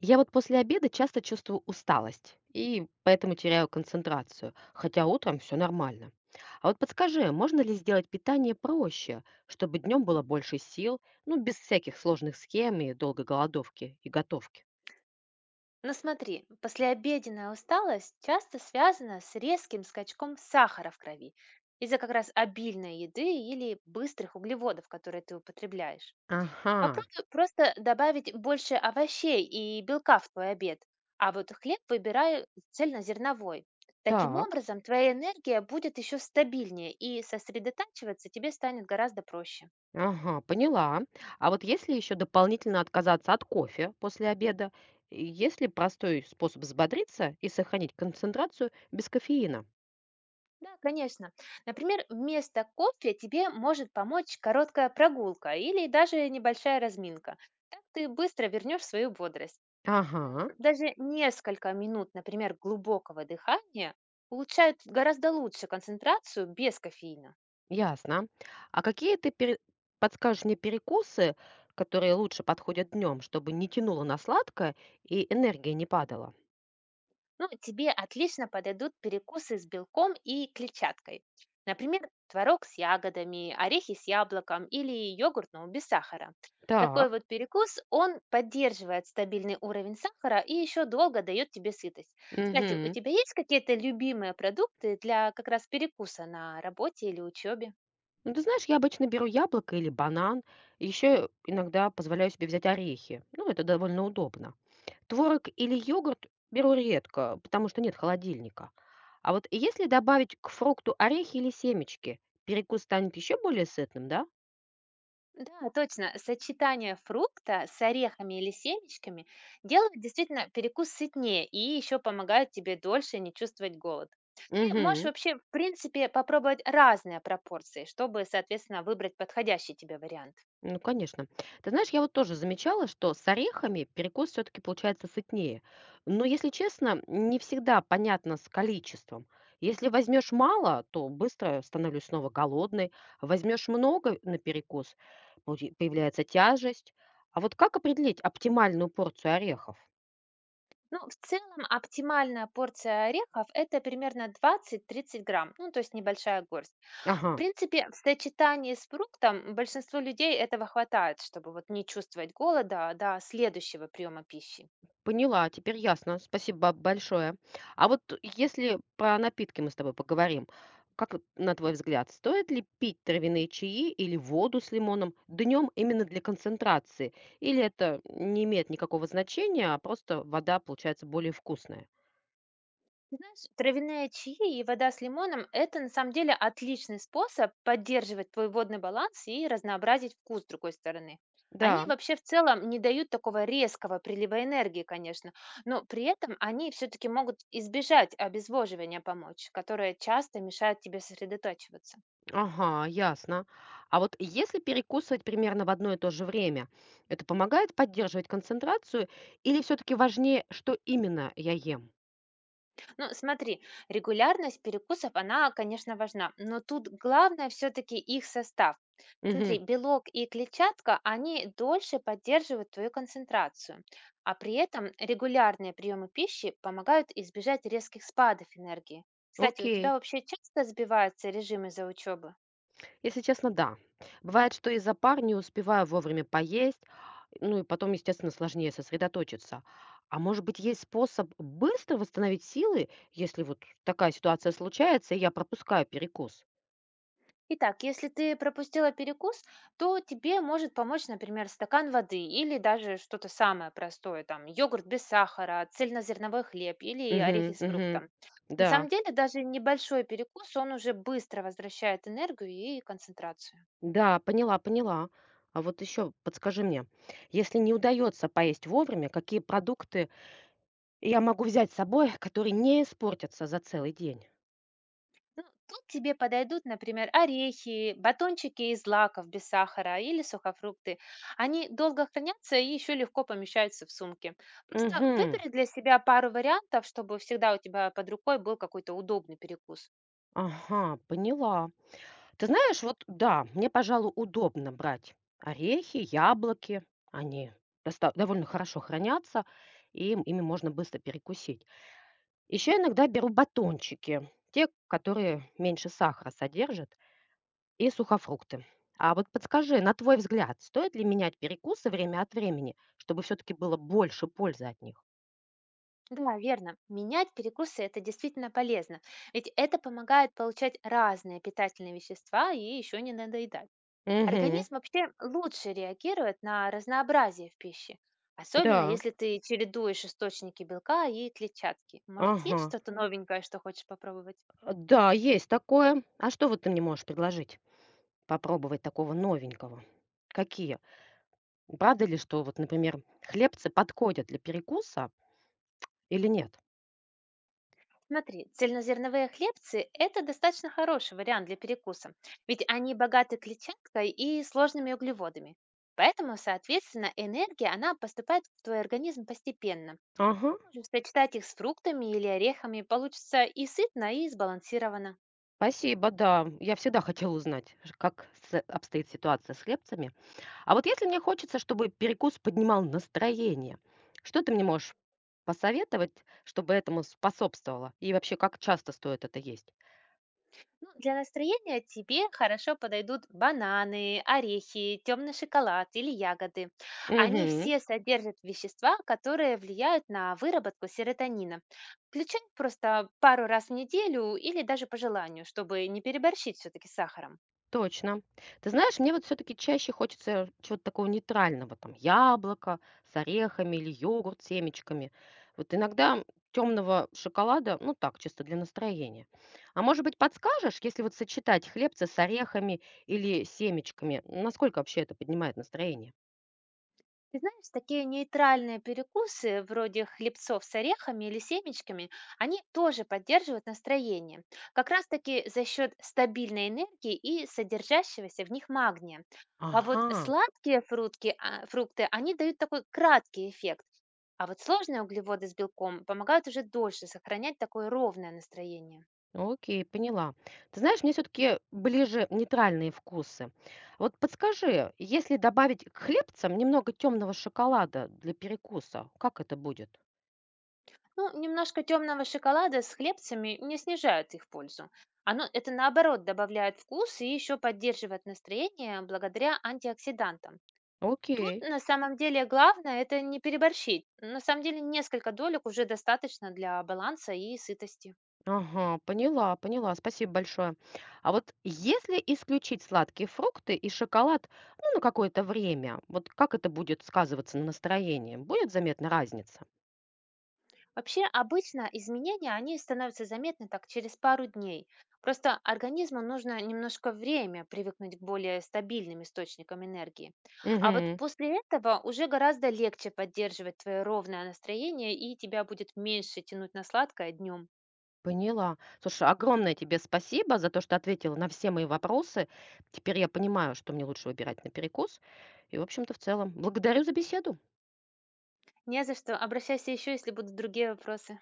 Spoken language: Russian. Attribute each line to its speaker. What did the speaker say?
Speaker 1: Я вот после обеда часто чувствую усталость и поэтому теряю концентрацию, хотя утром все нормально. А вот подскажи, а можно ли сделать питание проще, чтобы днем было больше сил, ну, без всяких сложных схем и долгой голодовки и готовки?
Speaker 2: Но смотри, послеобеденная усталость часто связана с резким скачком сахара в крови из-за как раз обильной еды или быстрых углеводов, которые ты употребляешь.
Speaker 1: Ага,
Speaker 2: Попробуй просто добавить больше овощей и белка в твой обед, а вот хлеб выбирай цельнозерновой. Таким
Speaker 1: так,
Speaker 2: образом, твоя энергия будет еще стабильнее и сосредотачиваться тебе станет гораздо проще.
Speaker 1: ага, поняла. А вот если еще дополнительно отказаться от кофе после обеда, и есть ли простой способ взбодриться и сохранить концентрацию без кофеина?
Speaker 2: Да, конечно. Например, вместо кофе тебе может помочь короткая прогулка или даже небольшая разминка. Так ты быстро вернешь свою бодрость. В целом,
Speaker 1: Ага.
Speaker 2: даже несколько минут, например, глубокого дыхания улучшают гораздо лучше концентрацию без кофеина.
Speaker 1: Ясно. А какие ты подскажешь мне перекусы, которые лучше подходят днем, чтобы не тянуло на сладкое и энергия не падала?
Speaker 2: Ну, тебе отлично подойдут перекусы с белком и клетчаткой. Например, творог с ягодами, орехи с яблоком или йогурт, но без сахара. Такой
Speaker 1: Так.
Speaker 2: вот перекус, он поддерживает стабильный уровень сахара и еще долго дает тебе сытость. Кстати, у
Speaker 1: Угу.
Speaker 2: тебя есть какие-то любимые продукты для как раз перекуса на работе или учебе?
Speaker 1: Ну, ты знаешь, я обычно беру яблоко или банан, еще иногда позволяю себе взять орехи. Ну, это довольно удобно. Творог или йогурт беру редко, потому что нет холодильника. А вот если добавить к фрукту орехи или семечки, перекус станет еще более сытным, да?
Speaker 2: Да, точно. Сочетание фрукта с орехами или семечками делает действительно перекус сытнее и еще помогает тебе дольше не чувствовать голод. Ты можешь
Speaker 1: Угу.
Speaker 2: вообще, в принципе, попробовать разные пропорции, чтобы, соответственно, выбрать подходящий тебе вариант.
Speaker 1: Ну, конечно. Ты знаешь, я вот тоже замечала, что с орехами перекус все-таки получается сытнее. Но, если честно, не всегда понятно с количеством. Если возьмешь мало, то быстро становлюсь снова голодной. Возьмешь много на перекус, появляется тяжесть. А вот как определить оптимальную порцию орехов?
Speaker 2: Ну, в целом, оптимальная порция орехов — это примерно 20-30 грамм, ну, то есть небольшая горсть. В
Speaker 1: Ага.
Speaker 2: принципе, в сочетании с фруктом большинству людей этого хватает, чтобы вот не чувствовать голода до следующего приема пищи.
Speaker 1: Поняла, теперь ясно. Спасибо большое. А вот если про напитки мы с тобой поговорим, как вот на твой взгляд, стоит ли пить травяные чаи или воду с лимоном днем именно для концентрации? Или это не имеет никакого значения, а просто вода получается более вкусная?
Speaker 2: Ты знаешь, травяные чаи и вода с лимоном — это на самом деле отличный способ поддерживать твой водный баланс и разнообразить вкус с другой стороны. Они
Speaker 1: Да,
Speaker 2: вообще в целом не дают такого резкого прилива энергии, конечно, но при этом они все-таки могут избежать обезвоживания помочь, которое часто мешает тебе сосредотачиваться.
Speaker 1: ага, ясно. А вот если перекусывать примерно в одно и то же время, это помогает поддерживать концентрацию или все-таки важнее, что именно я ем?
Speaker 2: Ну, смотри, регулярность перекусов, она, конечно, важна, но тут главное все-таки их состав. Смотри,
Speaker 1: Угу,
Speaker 2: белок и клетчатка, они дольше поддерживают твою концентрацию, а при этом регулярные приемы пищи помогают избежать резких спадов энергии. Кстати, у тебя
Speaker 1: окей.
Speaker 2: вообще часто сбиваются режимы за учебы?
Speaker 1: Если честно, да. Бывает, что из-за пар не успеваю вовремя поесть, ну и потом, естественно, сложнее сосредоточиться. А может быть, есть способ быстро восстановить силы, если вот такая ситуация случается, и я пропускаю перекус?
Speaker 2: Итак, если ты пропустила перекус, то тебе может помочь, например, стакан воды или даже что-то самое простое, там йогурт без сахара, цельнозерновой хлеб или орехи
Speaker 1: Угу,
Speaker 2: с
Speaker 1: угу,
Speaker 2: фруктом. На
Speaker 1: да,
Speaker 2: самом деле, даже небольшой перекус, он уже быстро возвращает энергию и концентрацию.
Speaker 1: да, поняла, поняла. А вот еще подскажи мне, если не удается поесть вовремя, какие продукты я могу взять с собой, которые не испортятся за целый день?
Speaker 2: Ну, тут тебе подойдут, например, орехи, батончики из злаков без сахара или сухофрукты. Они долго хранятся и еще легко помещаются в сумке. Просто
Speaker 1: Угу,
Speaker 2: выбери для себя пару вариантов, чтобы всегда у тебя под рукой был какой-то удобный перекус.
Speaker 1: ага, поняла. Ты знаешь, вот да, мне, пожалуй, удобно брать орехи, яблоки. Они довольно хорошо хранятся, и ими можно быстро перекусить. Еще иногда беру батончики, те, которые меньше сахара содержат, и сухофрукты. А вот подскажи, на твой взгляд, стоит ли менять перекусы время от времени, чтобы все-таки было больше пользы от них?
Speaker 2: Да, верно. Менять перекусы — это действительно полезно, ведь это помогает получать разные питательные вещества и еще не надоедать.
Speaker 1: Угу,
Speaker 2: Организм вообще лучше реагирует на разнообразие в пище, особенно
Speaker 1: да,
Speaker 2: если ты чередуешь источники белка и клетчатки. Может, есть
Speaker 1: ага.
Speaker 2: что-то новенькое, что хочешь попробовать?
Speaker 1: А, да, есть такое. А что вот ты мне можешь предложить? Попробовать такого новенького. Какие Правда ли, что вот, например, хлебцы подходят для перекуса или нет?
Speaker 2: Смотри, цельнозерновые хлебцы — это достаточно хороший вариант для перекуса, ведь они богаты клетчаткой и сложными углеводами. Поэтому, соответственно, энергия, она поступает в твой организм постепенно.
Speaker 1: Ага,
Speaker 2: Ты можешь сочетать их с фруктами или орехами, получится и сытно, и сбалансированно.
Speaker 1: спасибо, да. Я всегда хотела узнать, обстоит ситуация с хлебцами. А вот если мне хочется, чтобы перекус поднимал настроение, что ты мне можешь посоветовать, чтобы этому способствовало? И вообще, как часто стоит это есть?
Speaker 2: Ну, для настроения тебе хорошо подойдут бананы, орехи, темный шоколад или ягоды. Они
Speaker 1: Угу.
Speaker 2: все содержат вещества, которые влияют на выработку серотонина. Включай просто пару раз в неделю или даже по желанию, чтобы не переборщить все-таки с сахаром.
Speaker 1: Точно. Ты знаешь, мне вот все-таки чаще хочется чего-то такого нейтрального, там яблоко с орехами или йогурт с семечками. Вот иногда темного шоколада, ну так, чисто для настроения. А может быть, подскажешь, если вот сочетать хлебцы с орехами или семечками, насколько вообще это поднимает настроение?
Speaker 2: Ты знаешь, такие нейтральные перекусы, вроде хлебцов с орехами или семечками, они тоже поддерживают настроение. Как раз-таки за счет стабильной энергии и содержащегося в них магния. А вот
Speaker 1: Ага.
Speaker 2: сладкие фрукты, они дают такой краткий эффект. А вот сложные углеводы с белком помогают уже дольше сохранять такое ровное настроение.
Speaker 1: Ну, окей, поняла. Ты знаешь, мне все-таки ближе нейтральные вкусы. Вот подскажи, если добавить к хлебцам немного темного шоколада для перекуса, как это будет?
Speaker 2: Ну, немножко темного шоколада с хлебцами не снижает их пользу. Оно, это наоборот добавляет вкус и еще поддерживает настроение благодаря антиоксидантам. Тут
Speaker 1: Окей.
Speaker 2: на самом деле главное это не переборщить. На самом деле несколько долек уже достаточно для баланса и сытости.
Speaker 1: Ага, поняла, поняла. Спасибо большое. А вот если исключить сладкие фрукты и шоколад, ну, на какое-то время, вот как это будет сказываться на настроении? Будет заметна разница?
Speaker 2: Вообще, обычно изменения, они становятся заметны так через пару дней. Просто организму нужно немножко время привыкнуть к более стабильным источникам энергии. А вот
Speaker 1: Угу.
Speaker 2: после этого уже гораздо легче поддерживать твое ровное настроение, и тебя будет меньше тянуть на сладкое днем.
Speaker 1: Поняла. Слушай, огромное тебе спасибо за то, что ответила на все мои вопросы. Теперь я понимаю, что мне лучше выбирать на перекус. И, в общем-то, в целом, благодарю за беседу.
Speaker 2: Не за что. Обращайся еще, если будут другие вопросы.